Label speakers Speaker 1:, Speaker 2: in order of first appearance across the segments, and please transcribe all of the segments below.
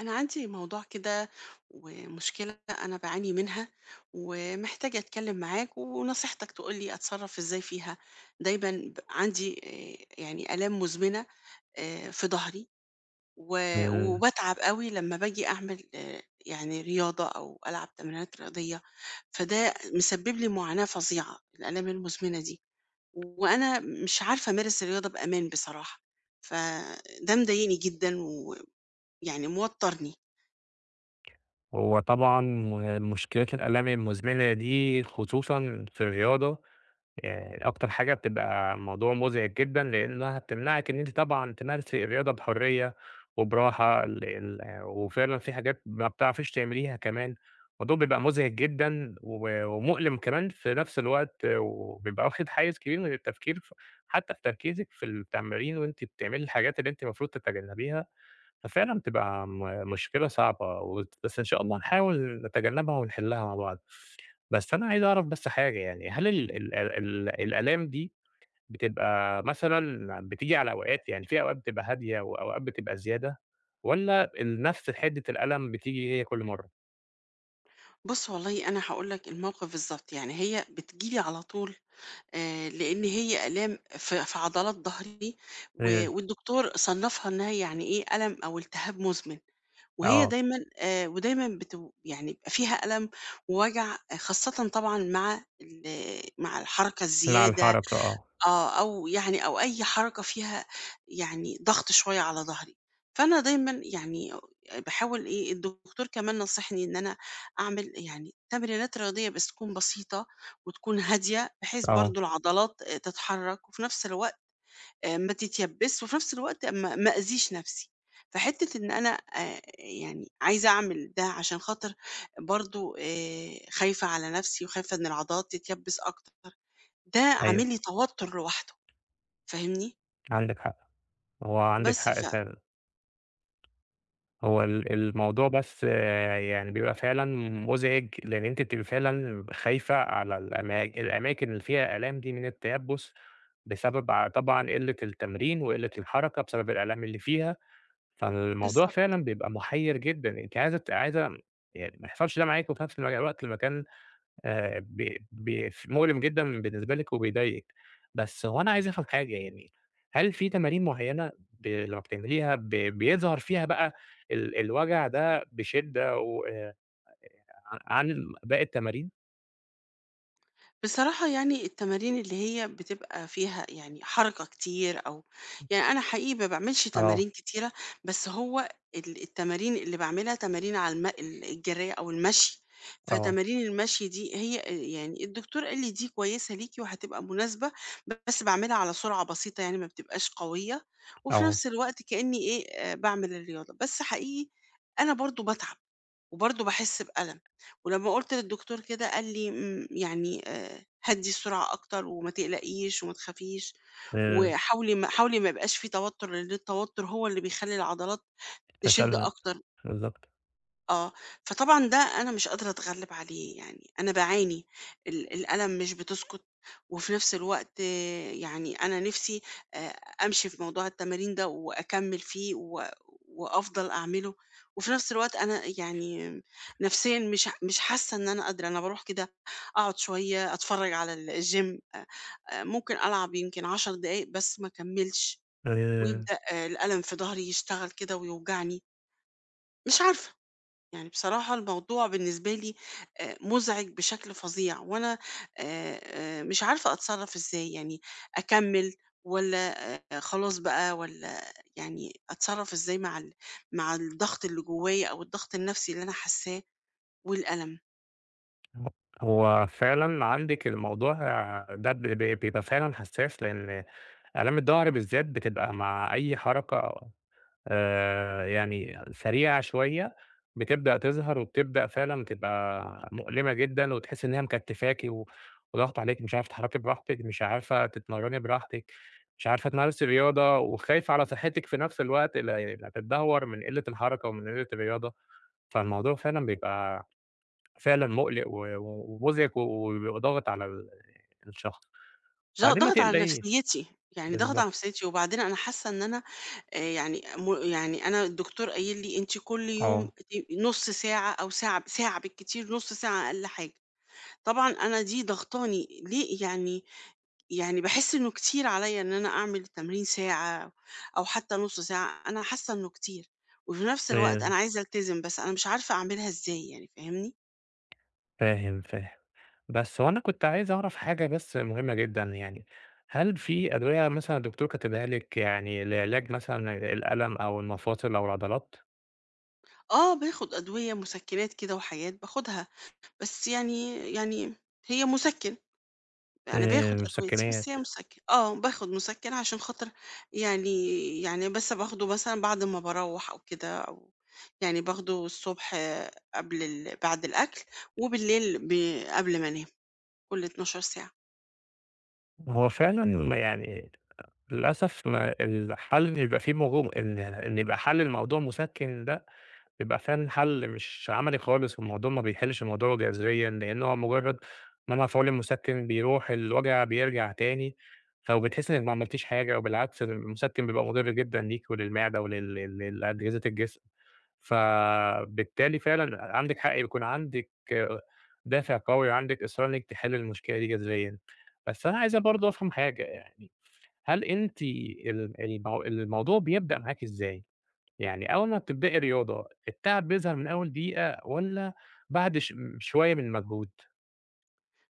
Speaker 1: أنا عندي موضوع كده، ومشكلة أنا بعاني منها، ومحتاجة أتكلم معاك ونصيحتك تقولي أتصرف إزاي فيها. دايما عندي يعني آلام مزمنة في ظهري.
Speaker 2: آآ،
Speaker 1: و- وبتعب قوي لما باجي أعمل يعني رياضة أو ألعب تمرينات رياضية. فده مسبب لي معاناة فظيعة، الآلام المزمنة دي. وأنا مش عارفة أمارس الرياضة بأمان بصراحة، فده مضايقني جدا ويعني موترني.
Speaker 2: هو طبعًا مشكلة الآلام المزمنة دي خصوصًا في الرياضة، أكتر حاجة بتبقى موضوع مزعج جدًا، لإنها بتمنعِك إن أنتِ طبعًا تمارسي الرياضة بحرية وبراحة، وفعلًا في حاجات ما بتعرفيش تعمليها كمان، الموضوع بيبقى مزعج جدًا و ومؤلم كمان في نفس الوقت، وبيبقى واخد حيّز كبير من التفكير حتى في تركيزِك في التمرين وأنتِ بتعملي الحاجات اللي أنتِ المفروض تتجنبيها. ففعلًا بتبقى مشكلة صعبة بس إن شاء الله نحاول نتجنبها ونحلها مع بعض. بس أنا عايز أعرف بس حاجة يعني، هل ال ال ال الآلام دي بتبقى مثلًا بتيجي على أوقات، يعني في أوقات بتبقى هادية وأوقات بتبقى زيادة والّا نفس حدة الألم بتيجي هي كل مرة؟
Speaker 1: بُص والله أنا هاقول لك الموقف بالضبط، يعني هي بتيجي لي على طول، لإن هي آلام في عضلات ضهري. و
Speaker 2: إمم،
Speaker 1: والدكتور صنّفها إنها يعني إيه، ألم أو التهاب مزمن، وهي
Speaker 2: آه،
Speaker 1: دايمًا، ودايمًا يعني بيبقى فيها ألم ووجع. خاصةً طبعًا مع مع الحركة
Speaker 2: مع
Speaker 1: الزيادة.
Speaker 2: الحركة آه،
Speaker 1: أو يعني أي حركة فيها يعني ضغط شوية على ضهري. فأنا دايمًا يعني باحاول إيه، الدكتور كمان نصحني إن أنا أعمل يعني تمرينات رياضية بس تكون بسيطة وتكون هادية، بحيث
Speaker 2: آه،
Speaker 1: برضه العضلات تتحرك، وفي نفس الوقت ما تتيبسش، وفي نفس الوقت ما أذيش نفسي. فحتة إن أنا يعني عايزة أعمل ده، عشان خاطر برضه خايفة على نفسي، وخايفة إن العضلات تتيبس أكتر، ده
Speaker 2: أيوه،
Speaker 1: عامل لي توتر لوحده. فاهمني؟
Speaker 2: عندِك حق، هو عندِك
Speaker 1: بس ف
Speaker 2: حق فعلًا. هو الموضوع بس آه، يعني بيبقى فعلًا مُزعِج، لإن أنتِ بتبقي فعلًا خايفة على الأماكن اللي فيها آلام دي من التيبُّس، بسبب طبعًا قِلّة التمرين وقِلّة الحركة بسبب الآلام اللي فيها، فالموضوع
Speaker 1: بالضبط.
Speaker 2: فعلًا بيبقى مُحيّر جدًا، أنتِ عايزة عايزة يعني ما يحصلش ده معاكِ وفي نفس الوقت المكان ب ب ف مؤلم جدًا بالنسبة لِك وبيضايقِك، بس هو أنا عايز أفهم حاجة يعني، هل في تمارين معيّنة لمّا بتعمليها بيظهر فيها بقى الوجع ده بشِدّة وآآ ع عن باقي التمارين؟
Speaker 1: بصراحة يعني التمارين اللي هي بتبقى فيها يعني حركة كتير، أو يعني أنا حقيقي ما باعملش
Speaker 2: آه،
Speaker 1: تمارين كتيرة، بس هو التمارين اللي باعملها تمارين على الم ال الجرية أو المشي.
Speaker 2: آه،
Speaker 1: فتمارين المشي دي هي، يعني الدكتور قال لي دي كويسة ليكِ وهتبقى مناسبة، بس باعملها على سرعة بسيطة، يعني ما بتبقاش قوية، وفي
Speaker 2: آه،
Speaker 1: نفس الوقت كأني إيه، باعمل الرياضة، بس حقيقي أنا برضه باتعب وبرضه باحس بألم. ولمّا قُلت للدكتور كده قال لي يعني هدّي السرعة أكتر وما تقلقيش وما تخافيش،
Speaker 2: آآ
Speaker 1: وحاولي ما يبقاش في توتر، لأن التوتر هو اللي بيخلّي العضلات تشِد
Speaker 2: تشنّج
Speaker 1: أكتر.
Speaker 2: بالضبط،
Speaker 1: آه. فطبعًا ده أنا مش قادرة أتغلب عليه، يعني أنا باعاني، الآلام مش بتسكت. وفي نفس الوقت يعني أنا نفسي آآ أمشي في موضوع التمارين ده وأكمّل فيه وأفضل أعمله. وفي نفس الوقت أنا يعني نفسيًا مش حاسة إن أنا قادرة، أنا باروح كده أقعد شوية أتفرّج على الgym، ممكن ألعب يمكن 10 دقايق بس ما أكمّلش،
Speaker 2: آآ
Speaker 1: ويبدأ، الألم في ضهري يشتغل كده ويوجعني، مش عارفة. يعني بصراحة الموضوع بالنسبة لي، مزعج بشكل فظيع، وأنا مش عارفة أتصرف إزاي، يعني أكمل ولا خلاص بقى، ولا يعني أتصرف إزاي مع مع الضغط اللي جوايا، أو الضغط النفسي اللي أنا حاساه والألم.
Speaker 2: هو هو فعلًا عندِك الموضوع ده ب ب بيبقى فعلًا حساس، لإن آلام الضهر بالذات بتبقى مع أي حركة يعني سريعة شوية، بتبدأ تظهر وبتبدأ فعلًا تبقى مؤلمة جدًا، وتحسي إن هي مكتفاكِ و وضاغطة عليكِ، مش عارفة تتحركي براحتك، مش عارفة تتمرني براحتك، مش عارفة تمارسي رياضة، وخايفة على صحتك في نفس الوقت، لا يعني لا تتدهور من قلة الحركة ومن قلة الرياضة، فالموضوع فعلًا بيبقى فعلًا مُقلق و و- ومُزعج و وبيبقى ضاغط على الشخص،
Speaker 1: ضغ-
Speaker 2: بعدين ما
Speaker 1: ضغط على
Speaker 2: تقلقيش
Speaker 1: نفسيتي، يعني ضغط على
Speaker 2: بالضبط،
Speaker 1: نفسيتي. وبعدين أنا حاسة إن أنا، يعني يعني انا الدكتور قايل لي انت كل يوم،
Speaker 2: آه،
Speaker 1: نص ساعه او ساعه بالكتير، نص ساعه اقل حاجه. طبعًا أنا دي ضاغطاني، ليه يعني، يعني باحس إنه كتير عليّا إن أنا أعمل التمرين ساعة، أو حتى نُص ساعة، أنا حاسة إنه كتير. وفي نفس
Speaker 2: آآ
Speaker 1: الوقت أنا عايزة ألتزم، بس أنا مش عارفة أعملها إزاي، يعني فاهمني؟
Speaker 2: فاهم، فاهم. بس هو أنا كنت عايز أعرف حاجة بس مهمة جدًا يعني، هل في أدوية مثلًا الدكتور كاتبها لِك يعني لعلاج مثلًا الألم أو المفاصل أو العضلات؟
Speaker 1: آه، باخد أدوية مُسكِّنات كده وحاجات باخدها، بس يعني هي مُسكِّن. أنا باخد أدويتي،
Speaker 2: مسكنات،
Speaker 1: بس هي مسكِّن، باخد مسكِّن عشان خاطر يعني يعني بس باخده مثلًا بعد ما باروّح أو كده، أو يعني باخده الصبح قبل ال بعد الأكل، وبالليل قبل ما أنام، كل 12 ساعة.
Speaker 2: هو فعلًا ما يعني للأسف ما الحل إن يبقى في إن يبقى حل الموضوع مسكن ده بيبقى فعلًا حل مش عملي خالص، والموضوع ما بيحلش الموضوع جذريًا، لأن هو مجرد منع فعال المسكن بيروح، الوجع بيرجع تاني، فبتحس إنك ما عملتيش حاجة، وبالعكس المسكن بيبقى مضر جدًا ليك وللمعدة ولل لل لأجهزة الجسم، فبالتالي فعلًا عندِك حق يكون عندِك دافع قوي، عندِك إصرار إنك تحلي المشكلة دي جذريًا، بس أنا عايز برضه أفهم حاجة يعني، هل أنتِ ال المو الموضوع بيبدأ معاكِ إزاي؟ يعني أول ما بتبدئي رياضة، التعب بيظهر من أول دقيقة والّا بعد شوية من المجهود؟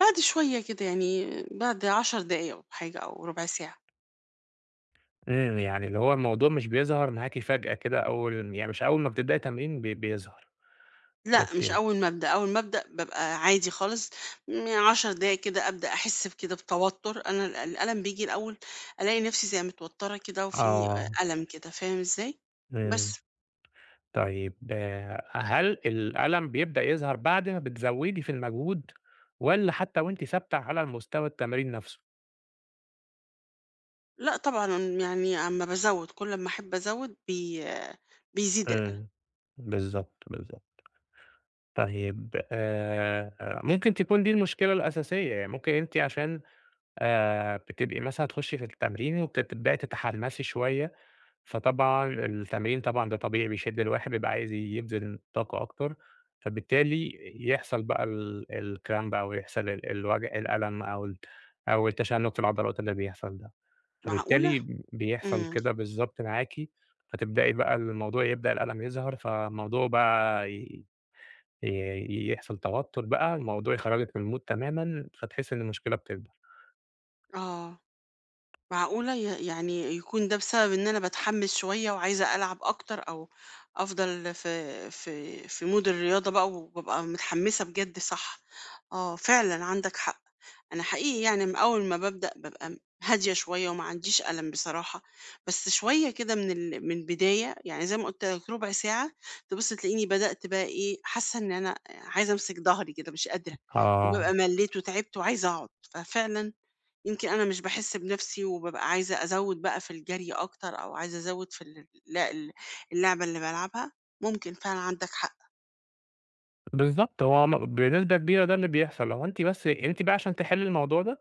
Speaker 1: بعد شوية كده، يعني بعد 10 دقايق أو حاجة أو ربع ساعة.
Speaker 2: يعني اللي هو الموضوع مش بيظهر معاكِ فجأة كده يعني مش أول ما بتبدئي تمرين بيظهر،
Speaker 1: لأ، مش
Speaker 2: أوكي،
Speaker 1: أول ما أبدأ، أول ما أبدأ بابقى عادي خالص، 10 دقايق كده أبدأ أحس بكده بتوتر، أنا الألم بييجي الأول، ألاقي نفسي زي متوترة كده، وفي أ
Speaker 2: آه،
Speaker 1: ألم كده، فاهم إزاي؟
Speaker 2: إمم،
Speaker 1: بس
Speaker 2: طيب آه، هل الألم بيبدأ يظهر بعد ما بتزودي في المجهود والّا حتى وأنتِ ثابتة على المستوى التمرين نفسه؟
Speaker 1: لأ، طبعًا يعني، أمّا بازوّد كل أمّا أحب أزوّد بيزيد الألم.
Speaker 2: إمم، بالضبط، بالضبط، طيب ممكن تكون دي المشكلة الأساسية، يعني ممكن أنتِ عشان بتبقي مثلًا تخشي في التمرين وبتبدئي تتحمسي شوية، فطبعًا التمرين طبعًا ده طبيعي بيشد الواحد بيبقى عايز يبذل طاقة أكتر، فبالتالي يحصل بقى الcramp أو يحصل الوجع الألم أو التشنج في العضلات اللي بيحصل ده،
Speaker 1: معقولة!
Speaker 2: فبالتالي بيحصل
Speaker 1: إمم،
Speaker 2: كده بالضبط معاكِ، فتبدئي بقى الموضوع يبدأ الألم يظهر، فالموضوع بقى ي ي يحصل توتر بقى، الموضوع يخرجِك من الmood تمامًا، فتحسي إن المشكلة بتكبر.
Speaker 1: آه. معقولة، يعني يكون ده بسبب إن أنا باتحمس شوية وعايزة ألعب أكتر، أو أفضل في في مود الرياضة بقى وبابقى متحمسة بجد، صح. آه، فعلًا عندك حق. أنا حقيقي يعني، أول ما بابدأ بابقى هادية شوية وما عنديش ألم بصراحة، بس شوية كده من من البداية، يعني زي ما قُلت لك ربع ساعة تبُص تلاقيني بدأت بقى إيه، حاسة إن أنا عايزة أمسك ضهري كده، مش قادرة. وبابقى
Speaker 2: آه.
Speaker 1: مليت وتعبت وعايزة أقعد. ففعلًا يمكن أنا مش باحس بنفسي، وبابقى عايزة أزوّد بقى في الجري أكتر، أو عايزة أزوّد في ال لا ال اللعبة اللي بالعبها. ممكن فعلًا عندك حق.
Speaker 2: بالضبط، هو بنسبة كبيرة ده اللي بيحصل، لو أنتِ بس أنتِ بقى عشان تحلّي الموضوع ده،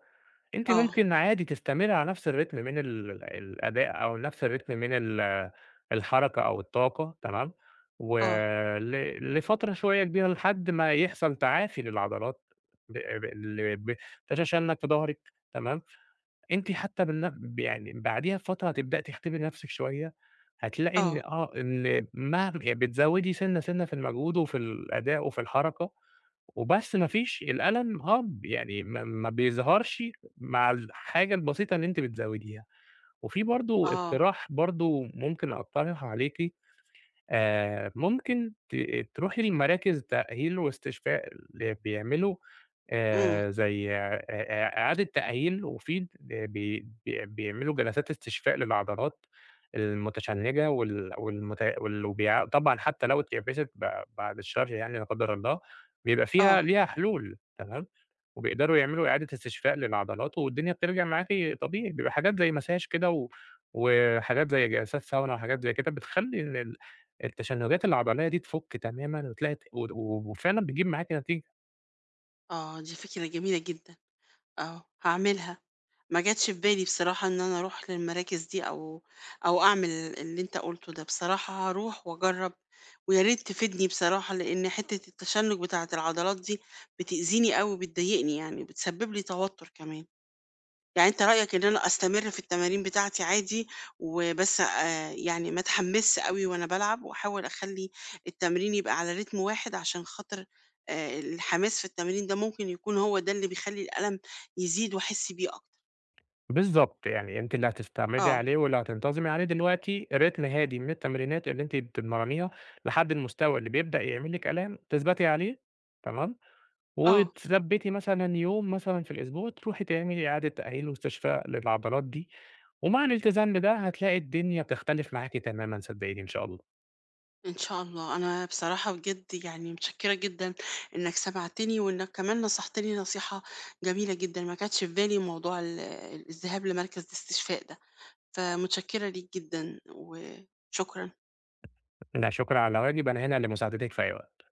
Speaker 2: أنتِ
Speaker 1: آه.
Speaker 2: ممكن عادي تستمري على نفس الريتم من الأداء أو نفس الريتم من الحركة أو الطاقة تمام، ول
Speaker 1: آه.
Speaker 2: لفترة شوية كبيرة لحد ما يحصل تعافي للعضلات ب ب ال ب تتشنج في ضهرِك تمام، أنتِ حتى بالن ب يعني بعديها بفترة هتبدئي تختبري نفسِك شوية، هتلاقي إن
Speaker 1: آه.
Speaker 2: آه، إن مه بتزوّدي سِنة، سِنة في المجهود وفي الأداء وفي الحركة. وبس ما فيش الألم هَبْد، يعني ما بيظهرش مع الحاجة البسيطة اللي أنتِ بتزوّديها. وفي برضه
Speaker 1: آه.
Speaker 2: اقتراح برضه ممكن أقترحه عليكِ ممكن تروحي لمراكز تأهيل واستشفاء اللي بيعملوا
Speaker 1: إمم.
Speaker 2: زي إعادة تأهيل وفي بي بي بيعملوا جلسات استشفاء للعضلات المتشنجة وال والمت وال وبيع طبعًا حتى لو اتيبست بعد الشر يعني لا قدر الله، بيبقى
Speaker 1: آه.
Speaker 2: فيها ليها حلول تمام، وبيقدروا يعملوا إعادة استشفاء للعضلات والدنيا بترجع معاكِ طبيعي، بيبقى حاجات زي مساج كده و وحاجات زي جلسات ساونا وحاجات زي كده بتخلّي التشنجات العضلية دي تفُك تمامًا وتلاقي ت و وفعلًا بتجيب معاكِ نتيجة،
Speaker 1: آه، دي فكرة جميلة جدًا. آه، هاعملها. ما جاتش في بالي بصراحة إن أنا أروح للمراكز دي، أو أعمل اللي أنت قُلته ده، بصراحة هاروح وأجرّب، ويا ريت تفيدني بصراحة، لإن حتّة التشنُّج بتاعة العضلات دي بتأذيني أوي وبتضايقني، يعني وبتسبب لي توتُّر كمان. يعني أنت رأيك إن أنا أستمر في التمارين بتاعتي عادي، وبس يعني ما اتحمسش أوي وأنا بالعب، وأحاول أخلّي التمرين يبقى على رتم واحد، عشان خاطر الحماس في التمرين ده ممكن يكون هو ده اللي بيخلّي الألم يزيد وأحس بيه أكتر.
Speaker 2: بالضبط، يعني أنتِ اللي هتستعملي
Speaker 1: آه.
Speaker 2: عليه واللي هتنتظمي عليه دلوقتي رتم هادي من التمرينات اللي أنتِ بتتمرنيها لحد المستوى اللي بيبدأ يعمل لِك آلام تثبتي عليه تمام،
Speaker 1: آه.
Speaker 2: وتثبّتي مثلًا يوم مثلًا في الأسبوع تروحي تعملي إعادة تأهيل واستشفاء للعضلات دي، ومع الالتزام بده هتلاقي الدنيا بتختلف معاكِ تمامًا صدقيني إن شاء الله.
Speaker 1: إن شاء الله. أنا بصراحة بجد يعني متشكرة جدًا إنك سمعتني، وإنك كمان نصحتني نصيحة جميلة جدًا، ما كانتش في بالي موضوع الذهاب لمركز الاستشفاء ده، فمتشكرة ليك جدًا وشكرًا.
Speaker 2: لا شكر على واجب، أنا هنا لمساعدتِك في أي وقت.